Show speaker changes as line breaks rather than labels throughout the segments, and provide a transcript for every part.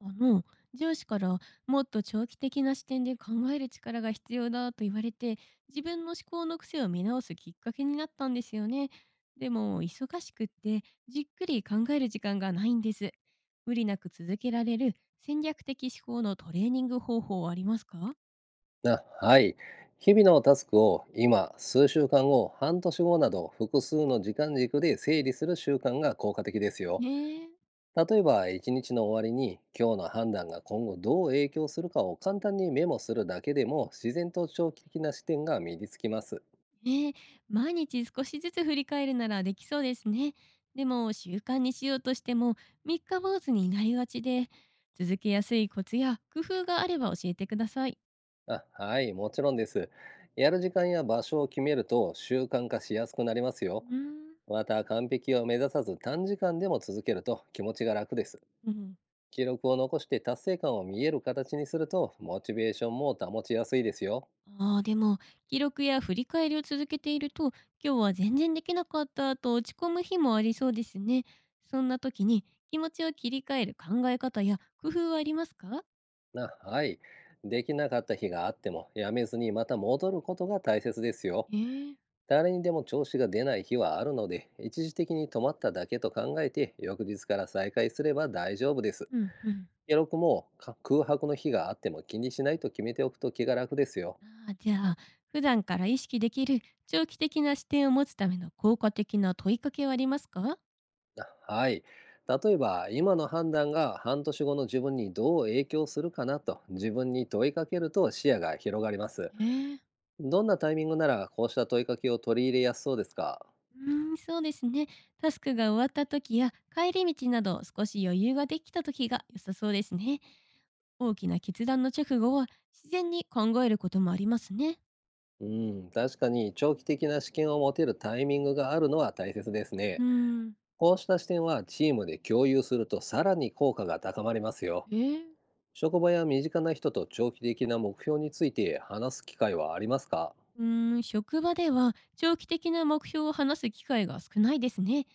あの上司からもっと長期的な視点で考える力が必要だと言われて、自分の思考の癖を見直すきっかけになったんですよね。でも忙しくってじっくり考える時間がないんです。無理なく続けられる戦略的思考のトレーニング方法はありますか？
あ、はい。日々のタスクを今、数週間後、半年後など複数の時間軸で整理する習慣が効果的ですよ。
ねえ。
例えば、一日の終わりに今日の判断が今後どう影響するかを簡単にメモするだけでも自然と長期的な視点が身につきます。
ええ、毎日少しずつ振り返るならできそうですね。でも習慣にしようとしても三日坊主になりがちで、続けやすいコツや工夫があれば教えてください。
あ、はい、もちろんです。やる時間や場所を決めると習慣化しやすくなりますよ。
うーん。
また、完璧を目指さず短時間でも続けると気持ちが楽です。
うん。
記録を残して達成感を見える形にするとモチベーションも保ちやすいですよ。
ああ、でも記録や振り返りを続けていると、今日は全然できなかったと落ち込む日もありそうですね。そんな時に気持ちを切り替える考え方や工夫はありますか？
はい。できなかった日があってもやめずにまた戻ることが大切ですよ。
ええ。
誰にでも調子が出ない日はあるので一時的に止まっただけと考えて翌日から再開すれば大丈夫です。
うんうん。
記録も空白の日があっても気にしないと決めておくと気が楽ですよ。
ああ、じゃあ、普段から意識できる長期的な視点を持つための効果的な問いかけはありますか？
はい。例えば、今の判断が半年後の自分にどう影響するかなと自分に問いかけると視野が広がります。
ええ。
どんなタイミングならこうした問いかけを取り入れやすそうですか？
うーん、そうですね。タスクが終わった時や帰り道など少し余裕ができた時が良さそうですね。大きな決断の直後は自然に考えることもありますね。
うん、確かに長期的な視見を持てるタイミングがあるのは大切です
う
ね。
ーん。
こうした視点はチームで共有するとさらに効果が高まりますよ。
ええ。
職場や身近な人と長期的な目標について話す機会はありますか？
うーん、職場では長期的な目標を話す機会が少ないですね。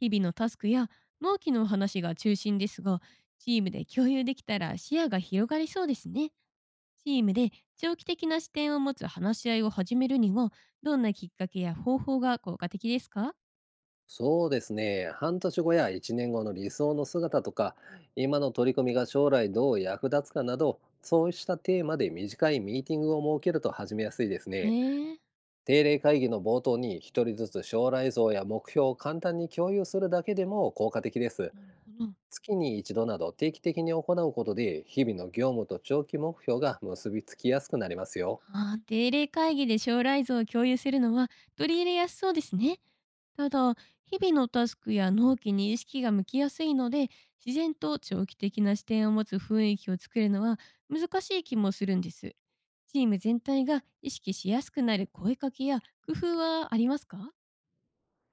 日々のタスクや納期の話が中心ですが、チームで共有できたら視野が広がりそうですね。チームで長期的な視点を持つ話し合いを始めるには、どんなきっかけや方法が効果的ですか？
そうですね。半年後や1年後の理想の姿とか、今の取り組みが将来どう役立つかなど、そうしたテーマで短いミーティングを設けると始めやすいですね。
ねえ。
定例会議の冒頭に一人ずつ将来像や目標を簡単に共有するだけでも効果的です。
なるほど。
月に一度など定期的に行うことで、日々の業務と長期目標が結びつきやすくなりますよ。
ああ、定例会議で将来像を共有するのは取り入れやすそうですね。ただ、日々のタスクや納期に意識が向きやすいので、自然と長期的な視点を持つ雰囲気を作るのは難しい気もするんです。チーム全体が意識しやすくなる声かけや工夫はありますか？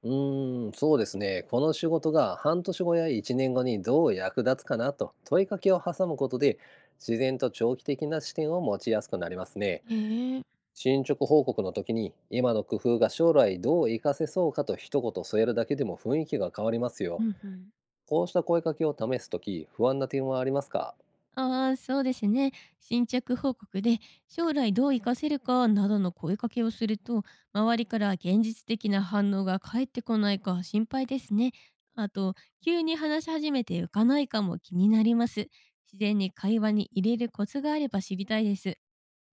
うーん、そうですね。この仕事が半年後や1年後にどう役立つかなと問いかけを挟むことで、自然と長期的な視点を持ちやすくなりますね。
へえ。
進捗報告の時に、今の工夫が将来どう活かせそうかと一言添えるだけでも雰囲気が変わります
う
よ。
んうん。
こうした声かけを試す時、不安な点はありますか？
ああ、そうですね。進捗報告で将来どう活かせるかなどの声かけをすると、周りから現実的な反応が返ってこないか心配ですね。あと、急に話し始めて浮かないかも気になります。自然に会話に入れるコツがあれば知りたいです。へ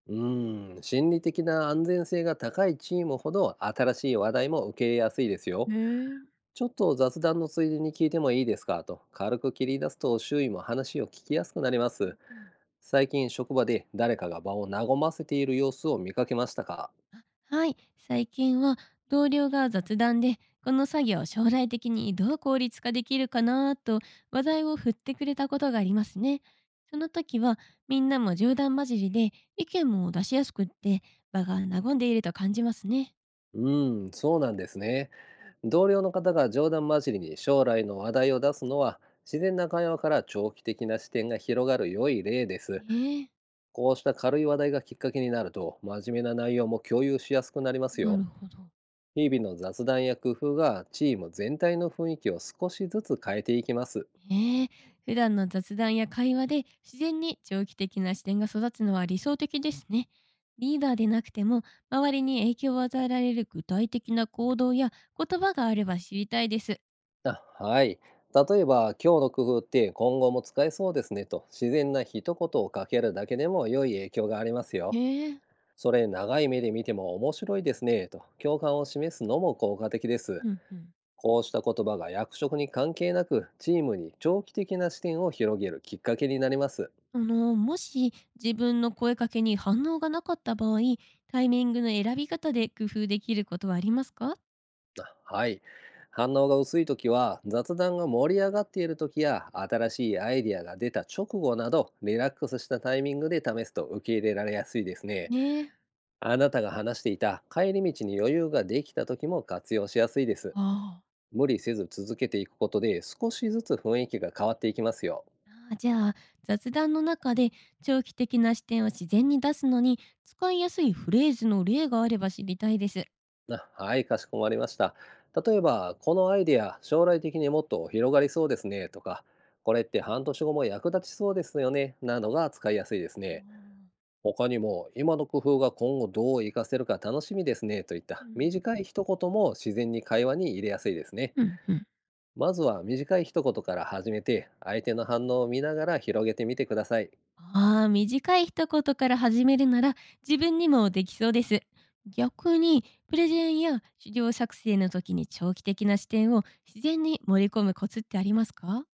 うーん、心理的な安全性が高いチームほど新しい話題も受け入れやすいですよ。
え。うん
ちょっと雑談のついでに聞いてもいいですかと軽く切り出すと周囲も話を聞きやすくなりま
う
す。
ん。
最近職場で誰かが場を和ませている様子を見かけましたか？
はい、最近は同僚が雑談でこの作業を将来的にどう効率化できるかなと話題を振ってくれたことがありますね。その時はみんなも冗談交じりで意見も出しやすくって場が和んでいると感じますね。
うーん、そうなんですね。同僚の方が冗談交じりに将来の話題を出すのは自然な会話から長期的な視点が広がる良い例です。
ええ。
こうした軽い話題がきっかけになると真面目な内容も共有しやすくなります
な
よ。
るほど。
日々の雑談や工夫がチーム全体の雰囲気を少しずつ変えていきます。
ええ、普段の雑談や会話で自然に長期的な視点が育つのは理想的ですね。リーダーでなくても周りに影響を与えられる具体的な行動や言葉があれば知りたいです。
あ、はい。例えば、今日の工夫って今後も使えそうですねと自然な一言をかけるだけでも良い影響があります
え
よ。
え。
それ長い目で見ても面白いですねと共感を示すのも効果的です。
うんうん。
こうした言葉が役職に関係なくチームに長期的な視点を広げるきっかけになります。
もし自分の声かけに反応がなかった場合、タイミングの選び方で工夫できることはありますか？
あ、はい。反応が薄い時は雑談が盛り上がっている時や新しいアイディアが出た直後などリラックスしたタイミングで試すと受け入れられやすいですね。
ねえ。
あなたが話していた帰り道に余裕ができた時も活用しやすいです。
ああ。
無理せず続けていくことで少しずつ雰囲気が変わっていきますよ。
ああ、じゃあ、雑談の中で長期的な視点を自然に出すのに使いやすいフレーズの例があれば知りたいです。
あ、はい、かしこまりました。例えば、このアイデア将来的にもっと広がりそうですねとか、これって半年後も役立ちそうですよねなどが使いやすいです
あ
ね。
ー。
他にも、今の工夫が今後どう活かせるか楽しみですねといっ
う
た
ん
短い一言も自然に会話に入れやすいですね。
うん。うん。
まずは短い一言から始めて、相手の反応を見ながら広げてみてください。
ああ、短い一言から始めるなら自分にもできそうです。逆にプレゼンや資料作成の時に長期的な視点を自然に盛り込むコツってありますか？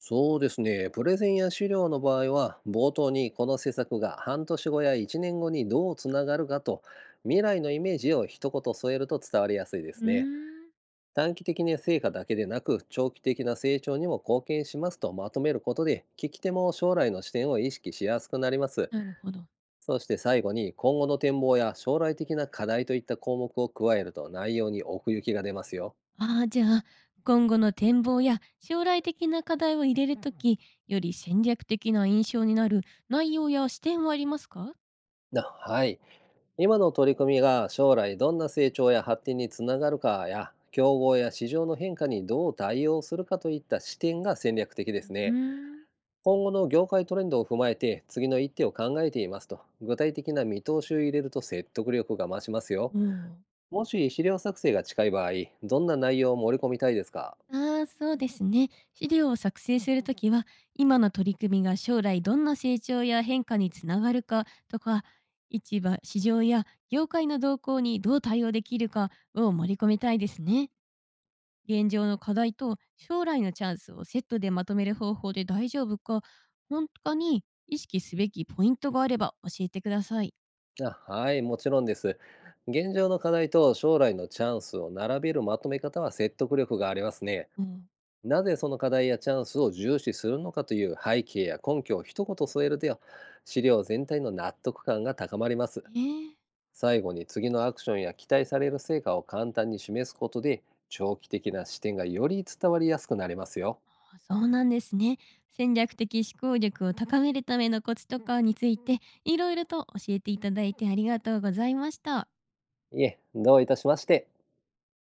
そうですね、プレゼンや資料の場合は、冒頭にこの施策が半年後や1年後にどうつながるかと、未来のイメージを一言添えると伝わりやすいで
う
す
ー
ね。
ん。
短期的な成果だけでなく長期的な成長にも貢献しますとまとめることで聞き手も将来の視点を意識しやすくなります。
なるほど。
そして最後に今後の展望や将来的な課題といった項目を加えると内容に奥行きが出ますよ。
ああ、じゃあ、今後の展望や将来的な課題を入れるとき、より戦略的な印象になる内容や視点はありますか？
はい。今の取り組みが将来どんな成長や発展につながるかや競合や市場の変化にどう対応するかといった視点が戦略的で
う
す
ー
ね。
ん。
今後の業界トレンドを踏まえて次の一手を考えていますと具体的な見通しを入れると説得力が増しますよ。
おお。
もし資料作成が近い場合、どんな内容を盛り込みたいですか？
ああ、そうですね。資料を作成するときは、今の取り組みが将来どんな成長や変化につながるかとか、市場や業界の動向にどう対応できるかを盛り込みたいですね。現状の課題と将来のチャンスをセットでまとめる方法で大丈夫か、本当かに意識すべきポイントがあれば教えてください。
あ、はい。もちろんです。現状の課題と将来のチャンスを並べるまとめ方は説得力がありますね。
うん。
なぜその課題やチャンスを重視するのかという背景や根拠を一言添えると資料全体の納得感が高まります。
ええ。
最後に次のアクションや期待される成果を簡単に示すことで長期的な視点がより伝わりやすくなりますよ。
あ、そうなんですね。戦略的思考力を高めるためのコツとかについていろいろと教えていただいてありがとうございました。
いえ、どういたしまして。